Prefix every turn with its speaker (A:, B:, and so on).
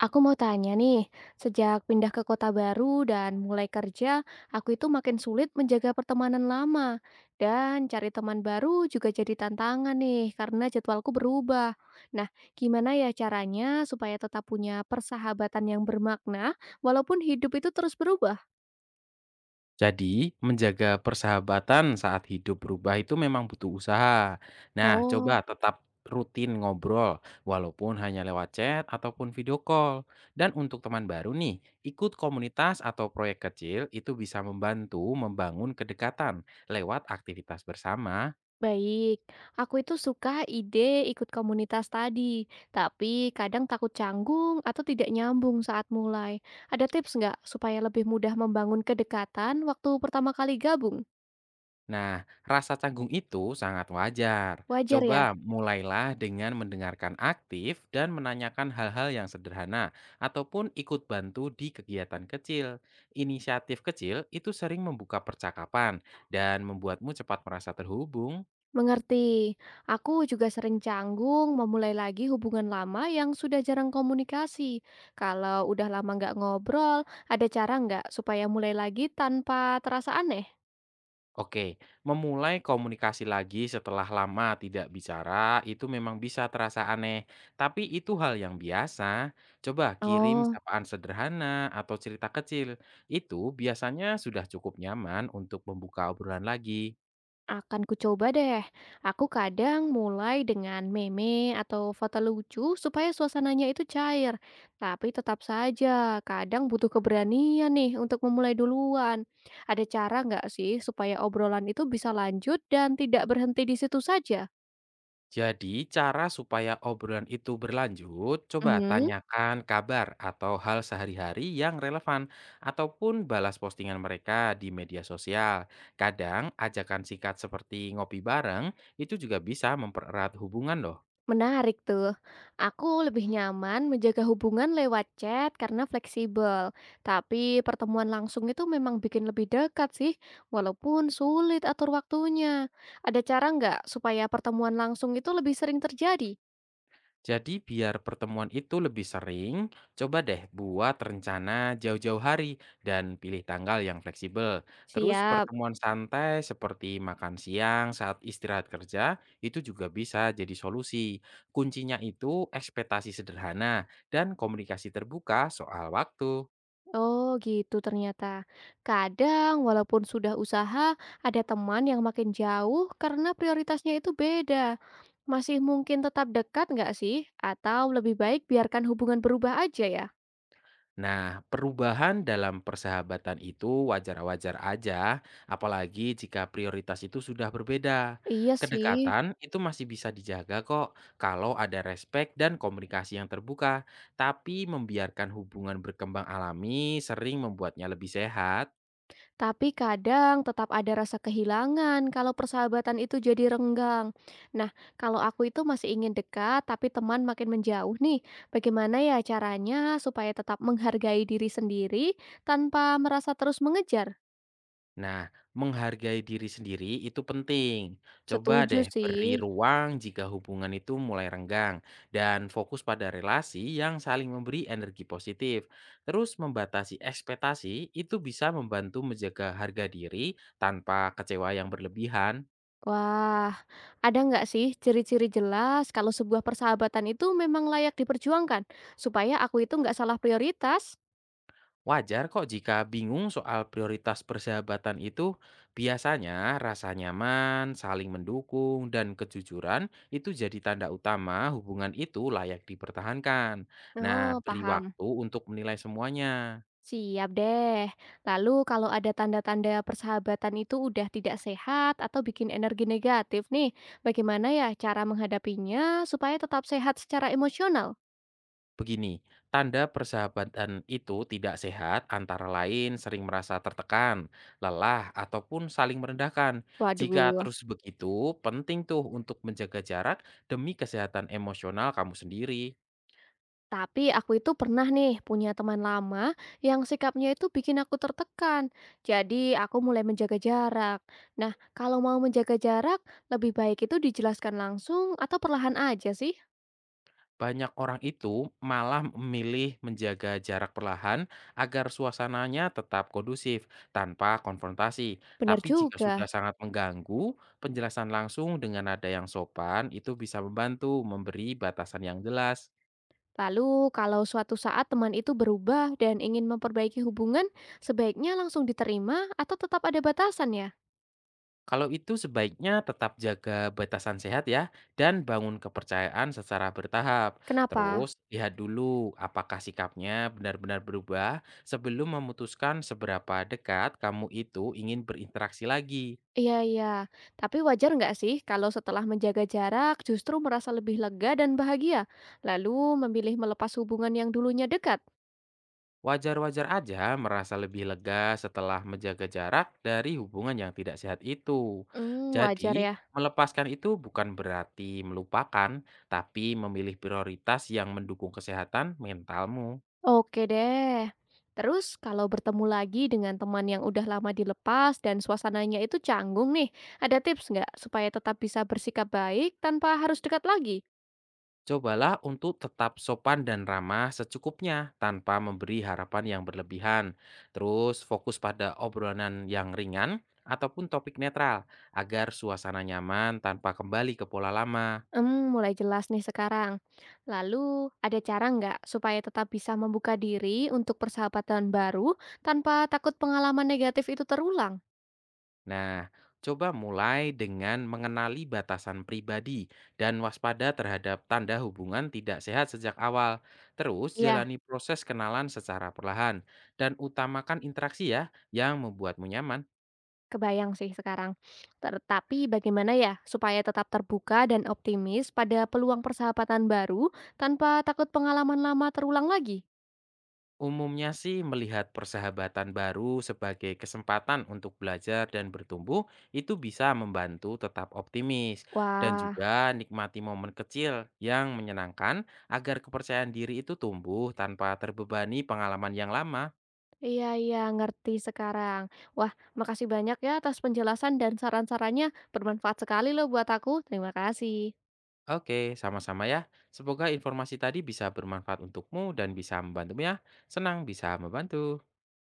A: Aku mau tanya nih, sejak pindah ke kota baru dan mulai kerja, aku itu makin sulit menjaga pertemanan lama. Dan cari teman baru juga jadi tantangan nih, karena jadwalku berubah. Nah, gimana ya caranya supaya tetap punya persahabatan yang bermakna, walaupun hidup itu terus berubah?
B: Jadi, menjaga persahabatan saat hidup berubah itu memang butuh usaha. Nah, coba
A: Oh.
B: tetap rutin ngobrol, walaupun hanya lewat chat ataupun video call. Dan untuk teman baru nih, ikut komunitas atau proyek kecil itu bisa membantu membangun kedekatan lewat aktivitas bersama.
A: Baik, aku itu suka ide ikut komunitas tadi, tapi kadang takut canggung atau tidak nyambung saat mulai. Ada tips nggak supaya lebih mudah membangun kedekatan waktu pertama kali gabung?
B: Nah, rasa canggung itu sangat wajar.
A: Wajar
B: Coba
A: ya,
B: mulailah dengan mendengarkan aktif dan menanyakan hal-hal yang sederhana, ataupun ikut bantu di kegiatan kecil. Inisiatif kecil itu sering membuka percakapan dan membuatmu cepat merasa terhubung.
A: mengerti. Aku juga sering canggung memulai lagi hubungan lama yang sudah jarang komunikasi. Kalau udah lama nggak ngobrol, ada cara nggak supaya mulai lagi tanpa terasa aneh?
B: Oke, memulai komunikasi lagi setelah lama tidak bicara itu memang bisa terasa aneh, tapi itu hal yang biasa. Coba kirim
A: Oh.
B: sapaan sederhana atau cerita kecil, itu biasanya sudah cukup nyaman untuk membuka obrolan lagi.
A: Akan kucoba deh. Aku kadang mulai dengan meme atau foto lucu supaya suasananya itu cair. Tapi tetap saja, kadang butuh keberanian nih untuk memulai duluan. Ada cara nggak sih supaya obrolan itu bisa lanjut dan tidak berhenti di situ saja?
B: Jadi, cara supaya obrolan itu berlanjut, coba tanyakan kabar atau hal sehari-hari yang relevan, ataupun balas postingan mereka di media sosial. Kadang, ajakan singkat seperti ngopi bareng itu juga bisa mempererat hubungan, loh.
A: Menarik tuh. Aku lebih nyaman menjaga hubungan lewat chat karena fleksibel. Tapi pertemuan langsung itu memang bikin lebih dekat sih, walaupun sulit atur waktunya. Ada cara nggak supaya pertemuan langsung itu lebih sering terjadi?
B: Jadi biar pertemuan itu lebih sering, coba deh buat rencana jauh-jauh hari dan pilih tanggal yang fleksibel. Terus
A: Siap.
B: pertemuan santai seperti makan siang saat istirahat kerja itu juga bisa jadi solusi. Kuncinya itu ekspektasi sederhana dan komunikasi terbuka soal waktu.
A: Oh gitu ternyata. Kadang walaupun sudah usaha, ada teman yang makin jauh karena prioritasnya itu beda. Masih mungkin tetap dekat nggak sih? Atau lebih baik biarkan hubungan berubah aja ya?
B: Nah, perubahan dalam persahabatan itu wajar-wajar aja, apalagi jika prioritas itu sudah berbeda.
A: Iya sih,
B: Kedekatan itu masih bisa dijaga kok kalau ada respek dan komunikasi yang terbuka, tapi membiarkan hubungan berkembang alami sering membuatnya lebih sehat.
A: tapi kadang tetap ada rasa kehilangan kalau persahabatan itu jadi renggang. Nah, kalau aku itu masih ingin dekat, tapi teman makin menjauh nih, bagaimana ya caranya supaya tetap menghargai diri sendiri tanpa merasa terus mengejar?
B: Nah, menghargai diri sendiri itu penting. Coba
A: Setuju
B: deh
A: sih.
B: beri ruang jika hubungan itu mulai renggang dan fokus pada relasi yang saling memberi energi positif. Terus membatasi ekspektasi itu bisa membantu menjaga harga diri tanpa kecewa yang berlebihan.
A: Wah, ada nggak sih ciri-ciri jelas kalau sebuah persahabatan itu memang layak diperjuangkan supaya aku itu nggak salah prioritas?
B: Wajar kok jika bingung soal prioritas persahabatan itu, biasanya rasa nyaman, saling mendukung, dan kejujuran itu jadi tanda utama hubungan itu layak dipertahankan. Nah,
A: Oh,
B: beri
A: paham.
B: waktu untuk menilai semuanya.
A: Siap deh. Lalu kalau ada tanda-tanda persahabatan itu udah tidak sehat atau bikin energi negatif nih, bagaimana ya cara menghadapinya supaya tetap sehat secara emosional?
B: Begini, tanda persahabatan itu tidak sehat antara lain sering merasa tertekan, lelah, ataupun saling merendahkan. Jika
A: Waduh,
B: terus begitu, penting tuh untuk menjaga jarak demi kesehatan emosional kamu sendiri.
A: tapi aku itu pernah nih punya teman lama yang sikapnya itu bikin aku tertekan. Jadi aku mulai menjaga jarak. Nah, kalau mau menjaga jarak, lebih baik itu dijelaskan langsung atau perlahan aja sih?
B: Banyak orang itu malah memilih menjaga jarak perlahan agar suasananya tetap kondusif tanpa konfrontasi.
A: Benar
B: Tapi jika
A: juga.
B: sudah sangat mengganggu, penjelasan langsung dengan nada yang sopan itu bisa membantu memberi batasan yang jelas.
A: Lalu, kalau suatu saat teman itu berubah dan ingin memperbaiki hubungan, sebaiknya langsung diterima atau tetap ada batasan ya?
B: Kalau itu sebaiknya tetap jaga batasan sehat ya, dan bangun kepercayaan secara bertahap.
A: Kenapa?
B: Terus, lihat dulu apakah sikapnya benar-benar berubah sebelum memutuskan seberapa dekat kamu itu ingin berinteraksi lagi.
A: Iya, iya. Tapi wajar nggak sih kalau setelah menjaga jarak justru merasa lebih lega dan bahagia, lalu memilih melepas hubungan yang dulunya dekat?
B: Wajar-wajar aja merasa lebih lega setelah menjaga jarak dari hubungan yang tidak sehat itu.
A: Hmm, wajar
B: Jadi,
A: ya.
B: melepaskan itu bukan berarti melupakan, tapi memilih prioritas yang mendukung kesehatan mentalmu.
A: Oke deh. Terus, kalau bertemu lagi dengan teman yang udah lama dilepas dan suasananya itu canggung nih, ada tips nggak supaya tetap bisa bersikap baik tanpa harus dekat lagi?
B: Cobalah untuk tetap sopan dan ramah secukupnya tanpa memberi harapan yang berlebihan. Terus fokus pada obrolan yang ringan ataupun topik netral agar suasana nyaman tanpa kembali ke pola lama.
A: Mmm, mulai jelas nih sekarang. Lalu, ada cara nggak supaya tetap bisa membuka diri untuk persahabatan baru tanpa takut pengalaman negatif itu terulang?
B: Nah, coba mulai dengan mengenali batasan pribadi dan waspada terhadap tanda hubungan tidak sehat sejak awal. Terus
A: Iya,
B: jalani proses kenalan secara perlahan dan utamakan interaksi ya yang membuatmu nyaman.
A: kebayang sih sekarang. Tetapi bagaimana ya supaya tetap terbuka dan optimis pada peluang persahabatan baru tanpa takut pengalaman lama terulang lagi?
B: Umumnya sih melihat persahabatan baru sebagai kesempatan untuk belajar dan bertumbuh itu bisa membantu tetap optimis dan
A: Wah,
B: juga nikmati momen kecil yang menyenangkan agar kepercayaan diri itu tumbuh tanpa terbebani pengalaman yang lama.
A: iya iya, ngerti sekarang. Wah, makasih banyak ya atas penjelasan dan saran-sarannya, bermanfaat sekali loh buat aku. Terima kasih.
B: Oke, sama-sama ya. Semoga informasi tadi bisa bermanfaat untukmu dan bisa membantumu ya. Senang bisa membantu.